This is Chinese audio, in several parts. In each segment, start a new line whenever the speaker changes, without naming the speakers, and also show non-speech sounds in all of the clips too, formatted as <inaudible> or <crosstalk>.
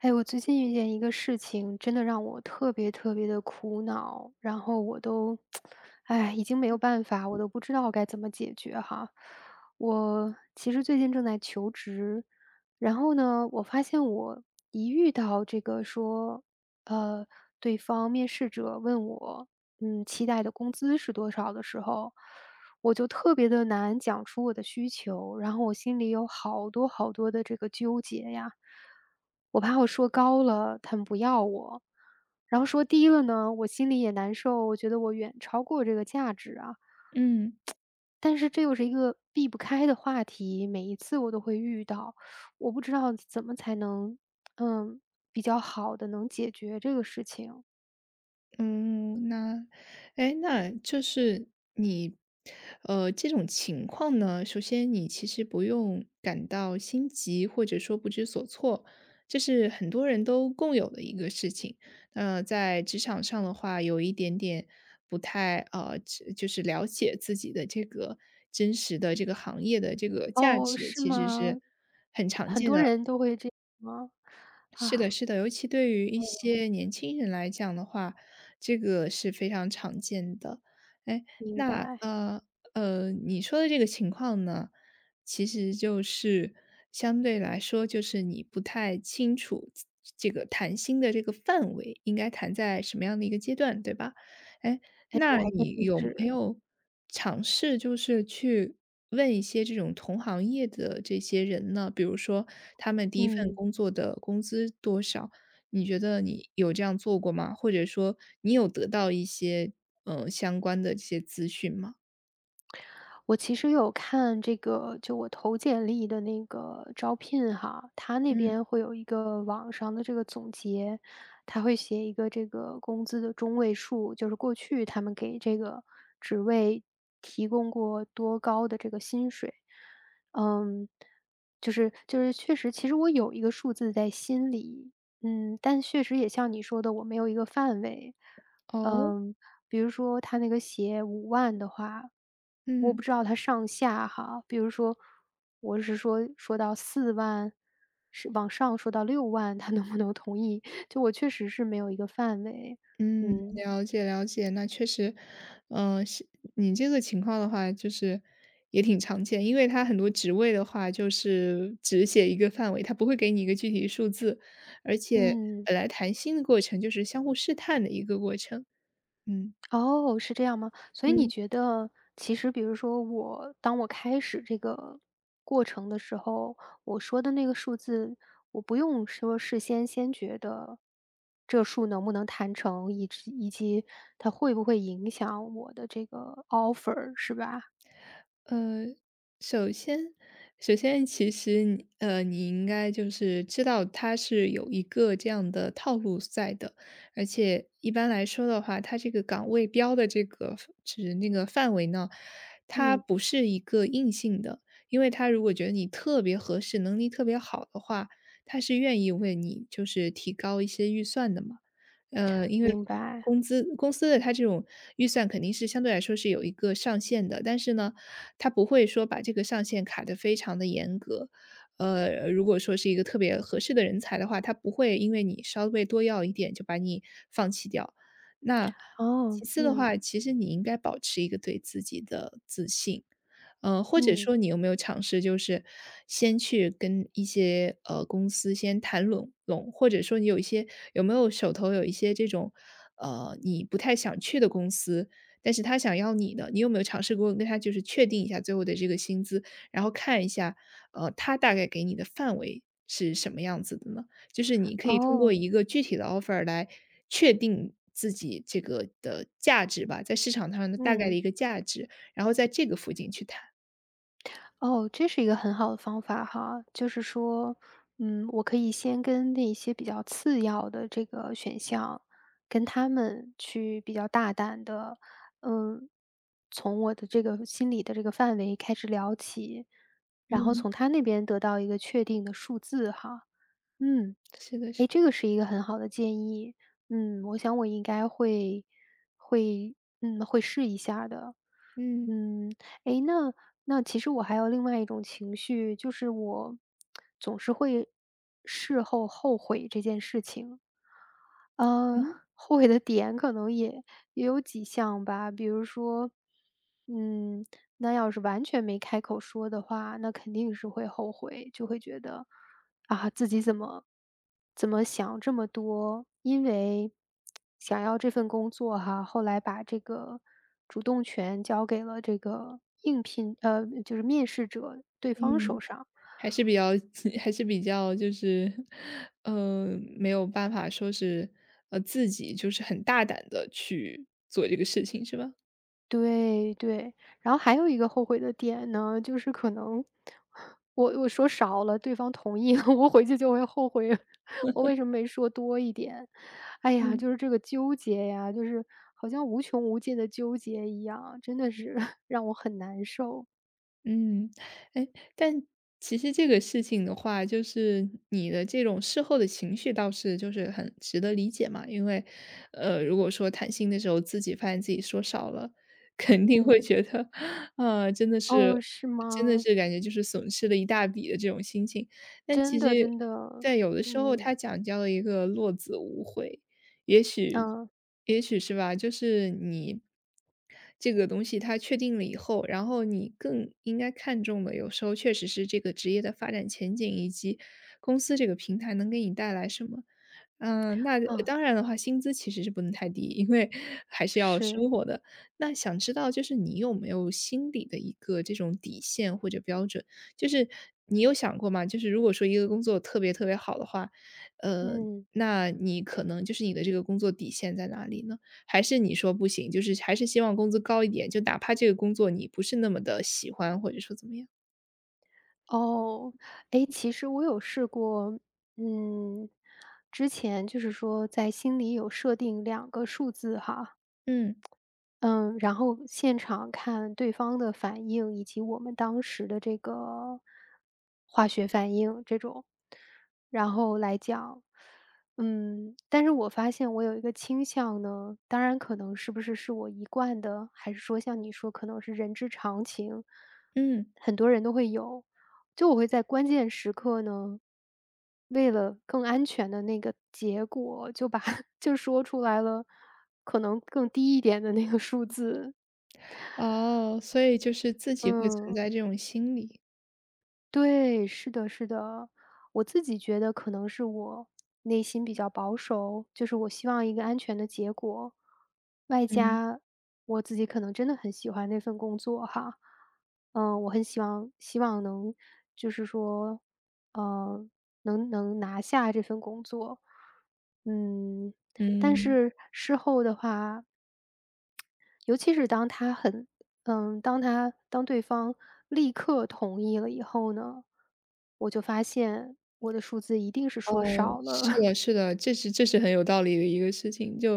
哎，我最近遇见一个事情，真的让我特别特别的苦恼，然后我都，<tsk> 哎，已经没有办法，我都不知道该怎么解决哈。我其实最近正在求职，然后呢，我发现我一遇到这个说，呃，对方面试者问我，期待的工资是多少的时候，我就特别的难讲出我的需求，然后我心里有好多好多的这个纠结呀。我怕我说高了，他们不要我，然后说低了呢，我心里也难受，我觉得我远超过这个价值啊。
嗯，
但是这又是一个避不开的话题，每一次我都会遇到，我不知道怎么才能，嗯，比较好的能解决这个事情。
嗯，那，哎，那就是你，这种情况呢，首先你其实不用感到心急，或者说不知所措，这是很多人都共有的一个事情。那在职场上的话，有一点点不太只就是了解自己的这个真实的这个行业的这个价
哦，
值，
是
其实是。
吗？很多人都会这样吗？
是的，
啊，
是的，尤其对于一些年轻人来讲的话，这个是非常常见的。哎，
明
那
白。
你说的这个情况呢，其实就是相对来说，就是你不太清楚这个谈心的这个范围应该谈在什么样的一个阶段，对吧？哎，那
我还真
你
不
有没
是，
有尝试就是去问一些这种同行业的这些人呢？比如说他们第一份
嗯，
工作的工资多少？你觉得你有这样做过吗？或者说你有得到一些，相关的这些资讯吗？
我其实有看这个，就我投简历的那个招聘哈，他那
嗯，
边会有一个网上的这个总结，他会写一个这个工资的中位数，就是过去他们给这个职位提供过多高的这个薪水。嗯，就是确实，其实我有一个数字在心里，嗯，但确实也像你说的，我没有一个范围。
哦，
嗯，比如说他那个鞋5万的话，我
嗯。
不知道他上下哈，比如说我是说到4万是往上说到6万他能不能同意？<laughs> 就我确实是没有一个范围，
嗯，
嗯，
了解了解，那确实，嗯、是你这个情况的话，就是也挺常见，因为它很多职位的话，就是只写一个范围，它不会给你一个具体数字，而且
嗯。
本来谈心的过程就是相互试探的一个过程，嗯
哦，是这样吗？所以你
嗯。
觉得，其实比如说我，当我开始这个过程的时候，我说的那个数字，我不用说事先先觉得这数能不能谈成，以及它会不会影响我的这个 offer，是吧？
呃，首先首先其实你你应该就是知道它是有一个这样的套路在的，而且一般来说的话，它这个岗位标的这个指那个范围呢，它
嗯，
不是一个硬性的，因为他如果觉得你特别合适，能力特别好的话，他是愿意为你就是提高一些预算的嘛。因为
明白。
工资公司的它这种预算肯定是相对来说是有一个上限的，但是呢，他不会说把这个上限卡得非常的严格。如果说是一个特别合适的人才的话，他不会因为你稍微多要一点就把你放弃掉。那
哦，
其次的
嗯
话，其实你应该保持一个对自己的自信。或者
嗯，
说你有没有尝试就是先去跟一些，公司先谈拢拢，或者说你有一些有没有手头有一些这种，你不太想去的公司，但是他想要你的，你有没有尝试过跟他就是确定一下最后的这个薪资，然后看一下，他大概给你的范围是什么样子的呢？就是你可以通过
哦，
一个具体的 offer 来确定自己这个的价值吧，在市场上的大概的
嗯。
一个价值，然后在这个附近去谈。
哦，这是一个很好的方法哈，就是说，我可以先跟那些比较次要的这个选项，跟他们去比较大胆的，嗯，从我的这个心理的这个范围开始聊起，然后
嗯，
从他那边得到一个确定的数字哈。嗯，
是的，是
诶，
的，
这个是一个很好的建议。嗯，我想我应该会会试一下的。
嗯，
嗯，诶，那其实我还有另外一种情绪，就是我总是会事后后悔这件事情。呃，
嗯
后悔的点可能也有几项吧，比如说，嗯，那要是完全没开口说的话，那肯定是会后悔，就会觉得，啊，自己怎么想这么多？因为想要这份工作哈，后来把这个主动权交给了这个应聘，就是面试者对方
嗯。
手上。
还是比较 <laughs> 还是比较就是，呃，没有办法说是，自己就是很大胆的去做这个事情，是吧？
对对，然后还有一个后悔的点呢，就是可能我说少了，对方同意了，<laughs> 我回去就会后悔，<laughs> 我为什么没说多一点？哎呀，
嗯。
就是这个纠结呀，就是好像无穷无尽的纠结一样，真的是 <laughs> 让我很难受。
嗯，哎，但其实这个事情的话，就是你的这种事后的情绪倒是就是很值得理解嘛，因为，如果说谈心的时候自己发现自己说少了，肯定会
嗯，
觉得，啊，真的是，
哦，是
嗯真的
吗？
是感觉就是损失了一大笔的这种心情。但其
真的
实，
真的，
在有的时候，
嗯
它讲究了一个落子无悔，也许。
嗯
也许是吧，就是你这个东西它确定了以后，然后你更应该看重的，有时候确实是这个职业的发展前景，以及公司这个平台能给你带来什么。嗯，那
啊，
当然的话，薪资其实是不能太低，因为还是要生
是，
活的。那想知道就是你有没有心里的一个这种底线或者标准？就是你有想过吗？就是如果说一个工作特别特别好的话，呃，
嗯。
那你可能就是你的这个工作底线在哪里呢？还是你说不行，就是还是希望工资高一点，就哪怕这个工作你不是那么的喜欢，或者说怎么样？
哦，诶，其实我有试过，嗯，之前就是说在心里有设定两个数字哈，
嗯，
嗯，然后现场看对方的反应，以及我们当时的这个化学反应这种，然后来讲。嗯，但是我发现我有一个倾向呢，当然可能是不是是我一贯的，还是说像你说可能是人之常情，
嗯。
很多人都会有。就我会在关键时刻呢，为了更安全的那个结果，就把 <laughs> 就说出来了，可能更低一点的那个数字。
哦，所以就是自己会存
嗯
在这种心理。
对，是的，是的。我自己觉得可能是我内心比较保守，就是我希望一个安全的结果，外
嗯，
加我自己可能真的很喜欢那份工作哈。嗯，我很希望能就是说，嗯，能拿下这份工作。嗯，但
嗯。
是事后的话尤其是当他很嗯，当他当对方立刻同意了以后呢，我就发现我的数字一定是说
哦，
少了，
是
<laughs>
的是的，这是这是很有道理的一个事情。就，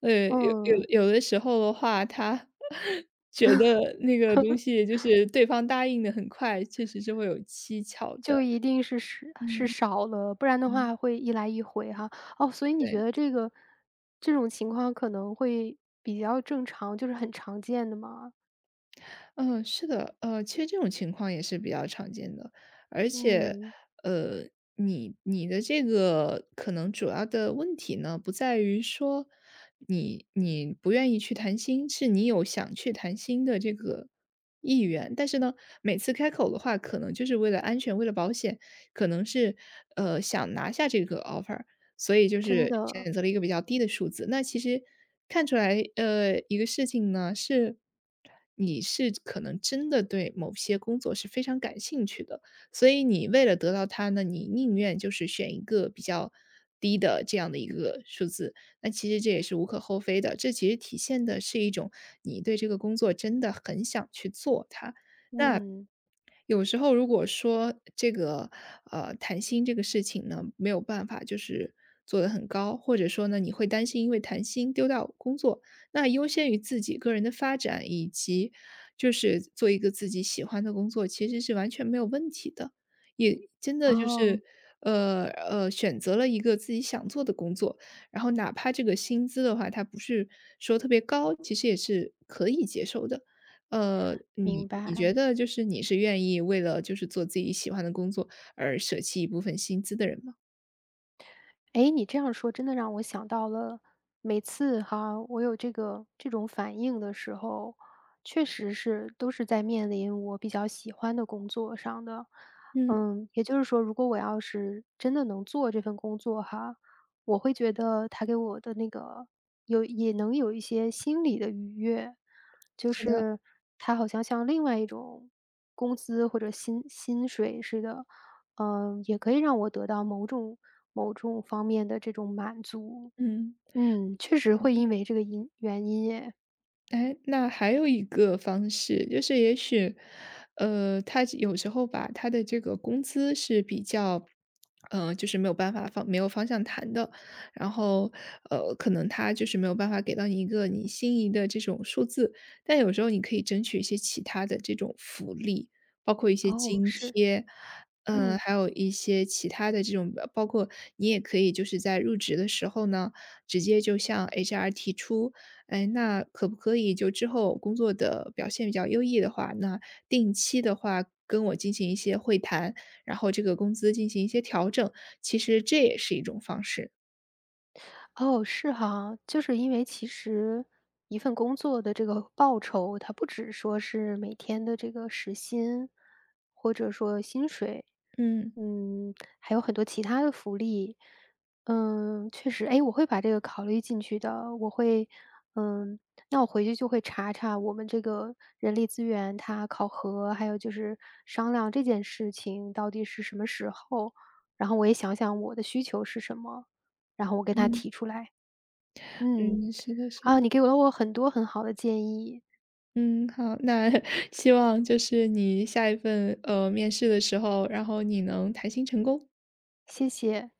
有有
嗯，
有的时候的话，他 <laughs> 觉得那个东西就是对方答应的很快，确实是会有蹊跷的。
就一定是
嗯，
少了，不然的
嗯。
话会一来一回哈。哦，所以你觉
对，
得这种情况可能会比较正常，就是很常见的吗？
嗯，是的，其实这种情况也是比较常见的，而且，
嗯，
呃，你你的这个可能主要的问题呢，不在于说你你不愿意去谈心，是你有想去谈心的这个意愿，但是呢，每次开口的话，可能就是为了安全，为了保险，可能是想拿下这个 offer,所以就
真
是
的，
选择了一个比较低的数字。那其实看出来，一个事情呢，是你是可能真的对某些工作是非常感兴趣的，所以你为了得到它呢，你宁愿就是选一个比较低的这样的一个数字。那其实这也是无可厚非的，这其实体现的是一种你对这个工作真的很想去做它。那
嗯，
有时候如果说这个，谈心这个事情呢，没有办法就是做得很高，或者说呢，你会担心因为谈心丢掉工作，那优先于自己个人的发展，以及就是做一个自己喜欢的工作，其实是完全没有问题的。也真的就
哦，
是，选择了一个自己想做的工作，然后哪怕这个薪资的话，它不是说特别高，其实也是可以接受的。你
明
你
白。
觉得就是你是愿意为了就是做自己喜欢的工作而舍弃一部分薪资的人吗？
诶，你这样说真的让我想到了，每次哈，我有这种反应的时候，确实是都是在面临我比较喜欢的工作上的。
嗯，
嗯，也就是说，如果我要是真的能做这份工作哈，我会觉得它给我的那个也能有一些心理的愉悦。就
是的，
是它好像像另外一种工资或者薪水似的，嗯，也可以让我得到某种方面的这种满足。
嗯。
嗯，确实会因为这个原因耶。
哎，那还有一个方式，就是也许，他有时候吧，他的这个工资是比较，就是没有办法方没有方向谈的，然后，可能他就是没有办法给到你一个你心仪的这种数字，但有时候你可以争取一些其他的这种福利，包括一些
哦，
津
是，
贴，嗯，
嗯。
还有一些其他的这种，包括你也可以就是在入职的时候呢，直接就向 HR 提出。哎，那可不可以就之后工作的表现比较优异的话，那定期的话跟我进行一些会谈，然后这个工资进行一些调整，其实这也是一种方式。
哦，是哈，就是因为其实一份工作的这个报酬，它不只说是每天的这个时薪，或者说薪水，
嗯。
嗯，还有很多其他的福利。嗯，确实，哎，我会把这个考虑进去的。我会，嗯，那我回去就会查查我们这个人力资源它考核，还有就是商量这件事情到底是什么时候，然后我也想想我的需求是什么，然后我跟他
嗯
提出来。嗯，
嗯，是的，是
啊，
的。
你给了我很多很好的建议，
嗯，好，那 <laughs> 希望就是你下一份面试的时候，然后你能谈薪成功。
谢谢。